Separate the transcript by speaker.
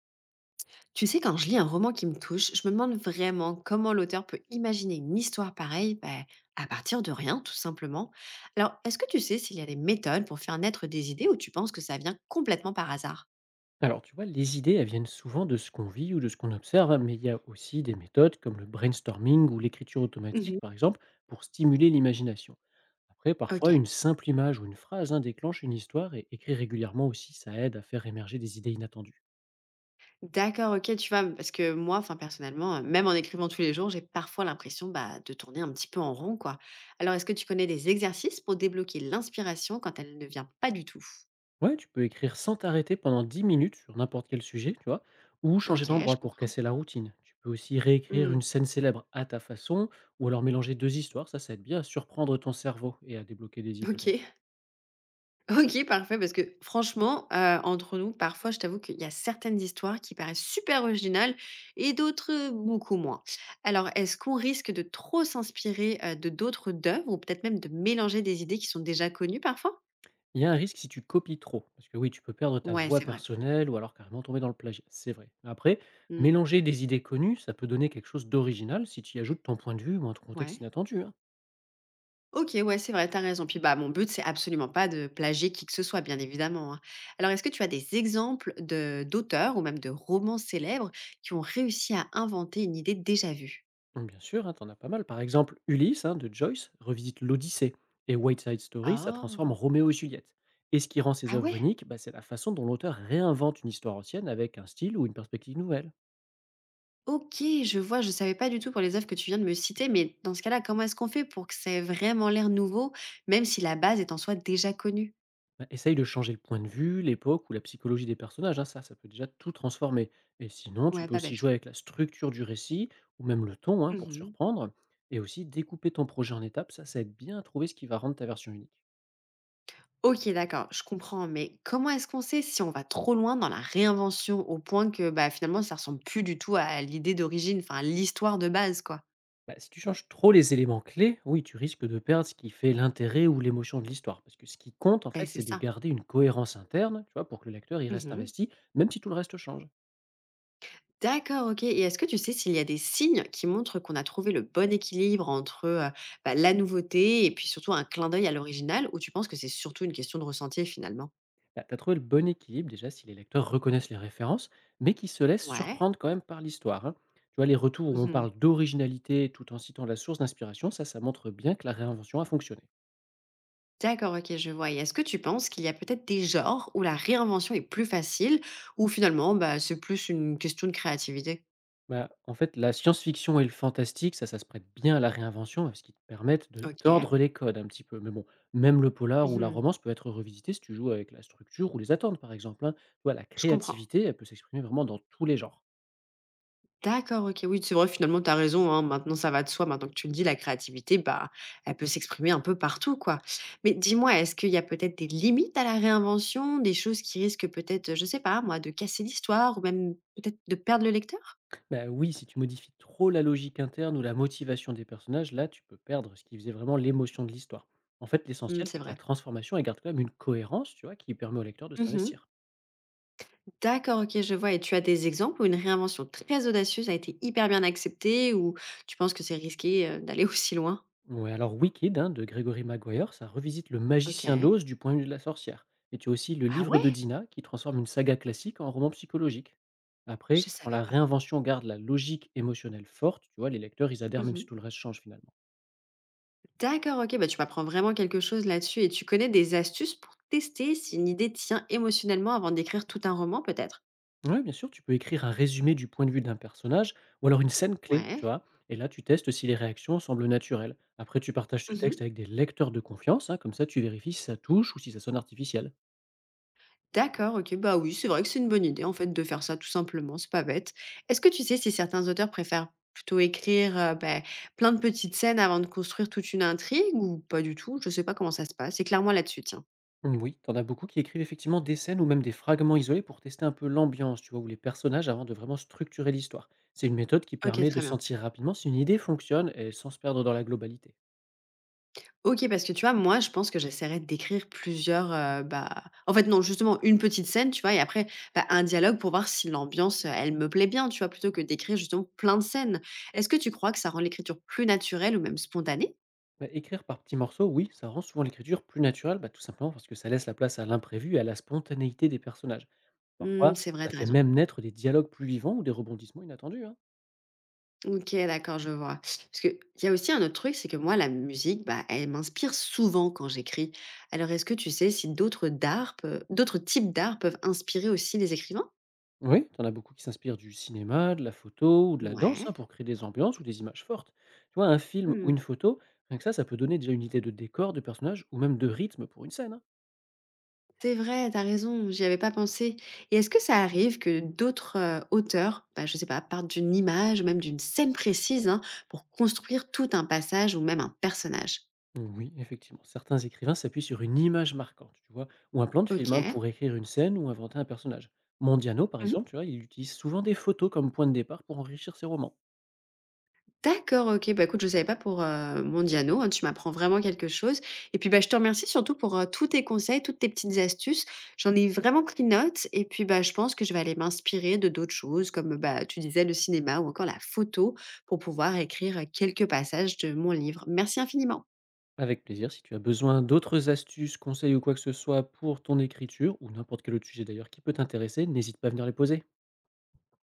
Speaker 1: Tu sais, quand je lis un roman qui me touche, je me demande vraiment comment l'auteur peut imaginer une histoire pareille, ben, à partir de rien, tout simplement. Alors, est-ce que tu sais s'il y a des méthodes pour faire naître des idées ou tu penses que ça vient complètement par hasard?
Speaker 2: Alors, tu vois, les idées, elles viennent souvent de ce qu'on vit ou de ce qu'on observe, hein, mais il y a aussi des méthodes comme le brainstorming ou l'écriture
Speaker 1: Mhm.
Speaker 2: automatique, par exemple, pour stimuler l'imagination. Après, parfois,
Speaker 1: Ok.
Speaker 2: une simple image ou une phrase hein, déclenche une histoire et écrire régulièrement aussi, ça aide à faire émerger des idées inattendues.
Speaker 1: D'accord, ok, tu vois, parce que moi, enfin personnellement, même en écrivant tous les jours, j'ai parfois l'impression, bah, de tourner un petit peu en rond, quoi. Alors, est-ce que tu connais des exercices pour débloquer l'inspiration quand elle ne vient pas du tout?
Speaker 2: Ouais, tu peux écrire sans t'arrêter pendant 10 minutes sur n'importe quel sujet, tu vois, ou changer
Speaker 1: Ok, je
Speaker 2: d'endroit pour
Speaker 1: comprends.
Speaker 2: casser la routine. Tu peux aussi réécrire
Speaker 1: Hmm.
Speaker 2: une scène célèbre à ta façon, ou alors mélanger deux histoires, ça aide bien à surprendre ton cerveau et à débloquer des idées.
Speaker 1: Ok. OK, parfait, parce que franchement, entre nous, parfois, je t'avoue qu'il y a certaines histoires qui paraissent super originales et d'autres, beaucoup moins. Alors, est-ce qu'on risque de trop s'inspirer, de d'autres œuvres ou peut-être même de mélanger des idées qui sont déjà connues parfois?
Speaker 2: Il y a un risque si tu copies trop, parce que oui, tu peux perdre ta
Speaker 1: Ouais,
Speaker 2: voix
Speaker 1: c'est vrai.
Speaker 2: personnelle ou alors carrément tomber dans le plagiat, c'est vrai. Après,
Speaker 1: Mmh.
Speaker 2: mélanger des idées connues, ça peut donner quelque chose d'original si tu y ajoutes ton point de vue ou un contexte
Speaker 1: Ouais.
Speaker 2: inattendu. Hein.
Speaker 1: OK, ouais, c'est vrai, t'as raison. Puis, bah, mon but, c'est absolument pas de plagier qui que ce soit, bien évidemment, hein. Alors, est-ce que tu as des exemples de d'auteurs ou même de romans célèbres qui ont réussi à inventer une idée déjà vue?
Speaker 2: Donc bien sûr, hein, t'en as pas mal. Par exemple, Ulysse hein, de Joyce revisite l'Odyssée et White Side Story, ça transforme
Speaker 1: Oh!
Speaker 2: Roméo et Juliette. Et ce qui rend ces
Speaker 1: Ah
Speaker 2: œuvres
Speaker 1: ouais?
Speaker 2: uniques, bah, c'est la façon dont l'auteur réinvente une histoire ancienne avec un style ou une perspective nouvelle.
Speaker 1: OK, je vois, je savais pas du tout pour les œuvres que tu viens de me citer, mais dans ce cas-là, comment est-ce qu'on fait pour que ça ait vraiment l'air nouveau, même si la base est en soi déjà connue?
Speaker 2: Bah, essaye de changer le point de vue, l'époque ou la psychologie des personnages, hein, ça peut déjà tout transformer. Et sinon, tu
Speaker 1: Ouais,
Speaker 2: peux
Speaker 1: pas
Speaker 2: aussi
Speaker 1: bête.
Speaker 2: jouer avec la structure du récit ou même le ton hein, pour
Speaker 1: Mmh.
Speaker 2: surprendre. Et aussi découper ton projet en étapes, ça aide bien à trouver ce qui va rendre ta version unique.
Speaker 1: OK, d'accord, je comprends, mais comment est-ce qu'on sait si on va trop loin dans la réinvention au point que, bah, finalement, ça ressemble plus du tout à l'idée d'origine, enfin, à l'histoire de base, quoi?
Speaker 2: Bah, si tu changes trop les éléments clés, oui, tu risques de perdre ce qui fait l'intérêt ou l'émotion de l'histoire. Parce que ce qui compte, en
Speaker 1: Ben
Speaker 2: fait,
Speaker 1: c'est
Speaker 2: c'est de
Speaker 1: ça.
Speaker 2: garder une cohérence interne, tu vois, pour que le lecteur y reste
Speaker 1: Mmh.
Speaker 2: investi, même si tout le reste change.
Speaker 1: D'accord, OK, et est-ce que tu sais s'il y a des signes qui montrent qu'on a trouvé le bon équilibre entre, bah, la nouveauté et puis surtout un clin d'œil à l'original, ou tu penses que c'est surtout une question de ressenti finalement?
Speaker 2: Bah, tu trouvé le bon équilibre déjà si les lecteurs reconnaissent les références, mais qui se laissent
Speaker 1: Ouais.
Speaker 2: surprendre quand même par l'histoire. Hein. Tu vois, les retours où on
Speaker 1: Mmh.
Speaker 2: parle d'originalité tout en citant la source d'inspiration, ça montre bien que la réinvention a fonctionné.
Speaker 1: D'accord, OK, je vois, et est-ce que tu penses qu'il y a peut-être des genres où la réinvention est plus facile, ou finalement, bah, c'est plus une question de créativité?
Speaker 2: Bah, en fait, la science-fiction et le fantastique, ça se prête bien à la réinvention, parce qu'ils te permettent de
Speaker 1: OK.
Speaker 2: tordre les codes un petit peu. Mais bon, même le polar ou la
Speaker 1: Mmh.
Speaker 2: romance peut être revisité si tu joues avec la structure ou les attentes, par exemple. Hein. Tu vois, la
Speaker 1: Je comprends.
Speaker 2: créativité, elle peut s'exprimer vraiment dans tous les genres.
Speaker 1: D'accord, OK. Oui, c'est vrai, finalement, tu as raison, hein. Maintenant, ça va de soi. Maintenant que tu le dis, la créativité, bah, elle peut s'exprimer un peu partout, quoi. Mais dis-moi, est-ce qu'il y a peut-être des limites à la réinvention? Des choses qui risquent peut-être, je sais pas moi, de casser l'histoire ou même peut-être de perdre le lecteur?
Speaker 2: Bah, oui, si tu modifies trop la logique interne ou la motivation des personnages, là, tu peux perdre ce qui faisait vraiment l'émotion de l'histoire. En fait,
Speaker 1: Mmh,
Speaker 2: l'essentiel,
Speaker 1: c'est
Speaker 2: c'est que
Speaker 1: vrai.
Speaker 2: la transformation, elle garde quand même une cohérence, tu vois, qui permet au lecteur de
Speaker 1: Mmh.
Speaker 2: s'investir.
Speaker 1: D'accord, OK, je vois, et tu as des exemples où une réinvention très audacieuse a été hyper bien acceptée, ou tu penses que c'est risqué, d'aller aussi loin?
Speaker 2: Ouais, alors Wicked, hein, de Gregory Maguire, ça revisite le magicien
Speaker 1: OK.
Speaker 2: d'Oz du point de vue de la sorcière. Et tu as aussi le
Speaker 1: Ah
Speaker 2: livre
Speaker 1: ouais?
Speaker 2: de Dina, qui transforme une saga classique en roman psychologique.
Speaker 1: Je
Speaker 2: Après, quand
Speaker 1: savais
Speaker 2: la
Speaker 1: pas.
Speaker 2: réinvention garde la logique émotionnelle forte, tu vois, les lecteurs, ils adhèrent même
Speaker 1: Mmh.
Speaker 2: si tout le reste change finalement.
Speaker 1: D'accord, OK, bah, tu m'apprends vraiment quelque chose là-dessus, et tu connais des astuces pour tester si une idée tient émotionnellement avant d'écrire tout un roman peut-être?
Speaker 2: Ouais, bien sûr, tu peux écrire un résumé du point de vue d'un personnage ou alors une scène clé, tu
Speaker 1: Ouais.
Speaker 2: vois. Et là, tu testes si les réactions semblent naturelles. Après, tu partages ce texte
Speaker 1: Mmh.
Speaker 2: avec des lecteurs de confiance, hein, comme ça, tu vérifies si ça touche ou si ça sonne artificiel.
Speaker 1: D'accord, OK, bah, oui, c'est vrai que c'est une bonne idée en fait de faire ça tout simplement, c'est pas bête. Est-ce que tu sais si certains auteurs préfèrent plutôt écrire, bah, plein de petites scènes avant de construire toute une intrigue, ou pas du tout? Je sais pas comment ça se passe, c'est clairement là-dessus, tiens.
Speaker 2: Oui, t'en as beaucoup qui écrivent effectivement des scènes ou même des fragments isolés pour tester un peu l'ambiance, tu vois, ou les personnages avant de vraiment structurer l'histoire. C'est une méthode qui
Speaker 1: OK,
Speaker 2: permet de
Speaker 1: très bien.
Speaker 2: sentir rapidement si une idée fonctionne et sans se perdre dans la globalité.
Speaker 1: OK, parce que tu vois, moi, je pense que j'essaierais d'écrire plusieurs, non, justement, une petite scène, tu vois? Et après, bah, un dialogue pour voir si l'ambiance, elle me plaît bien, tu vois? Plutôt que d'écrire justement plein de scènes. Est-ce que tu crois que ça rend l'écriture plus naturelle ou même spontanée?
Speaker 2: Bah, écrire par petits morceaux, oui, ça rend souvent l'écriture plus naturelle, bah, tout simplement parce que ça laisse la place à l'imprévu et à la spontanéité des personnages.
Speaker 1: Mmh,
Speaker 2: Parfois,
Speaker 1: c'est vrai,
Speaker 2: ça
Speaker 1: tu as
Speaker 2: fait
Speaker 1: raison.
Speaker 2: même naître des dialogues plus vivants ou des rebondissements inattendus. Hein.
Speaker 1: OK, d'accord, je vois. Parce qu'il y a aussi un autre truc, c'est que moi, la musique, bah, elle m'inspire souvent quand j'écris. Alors, est-ce que tu sais si d'autres types d'art peuvent inspirer aussi les écrivains?
Speaker 2: Oui, t'en as beaucoup qui s'inspirent du cinéma, de la photo ou de la danse
Speaker 1: Ouais.
Speaker 2: hein, pour créer des ambiances ou des images fortes. Tu vois, un film ou une
Speaker 1: Mmh.
Speaker 2: photo, rien que ça peut donner déjà une idée de décor, de personnage ou même de rythme pour une scène. Hein.
Speaker 1: C'est vrai, t'as raison, j'y avais pas pensé, et est-ce que ça arrive que d'autres, auteurs, bah, je sais pas, partent d'une image ou même d'une scène précise, hein, pour construire tout un passage ou même un personnage?
Speaker 2: Oui, effectivement. Certains écrivains s'appuient sur une image marquante, tu vois, ou un plan de film hein,
Speaker 1: OK.
Speaker 2: pour écrire une scène ou inventer un personnage. Mondiano, par
Speaker 1: Mmh.
Speaker 2: exemple, tu vois, il utilise souvent des photos comme point de départ pour enrichir ses romans.
Speaker 1: D'accord, OK. Bah, écoute, je savais pas pour, mon Diano, hein, tu m'apprends vraiment quelque chose, et puis, bah, je te remercie surtout pour, tous tes conseils, toutes tes petites astuces. J'en ai vraiment pris note, et puis, bah, je pense que je vais aller m'inspirer de d'autres choses comme, bah, tu disais le cinéma ou encore la photo pour pouvoir écrire quelques passages de mon livre. Merci infiniment.
Speaker 2: Avec plaisir, si tu as besoin d'autres astuces, conseils ou quoi que ce soit pour ton écriture, ou n'importe quel autre sujet d'ailleurs qui peut t'intéresser, n'hésite pas à venir les poser.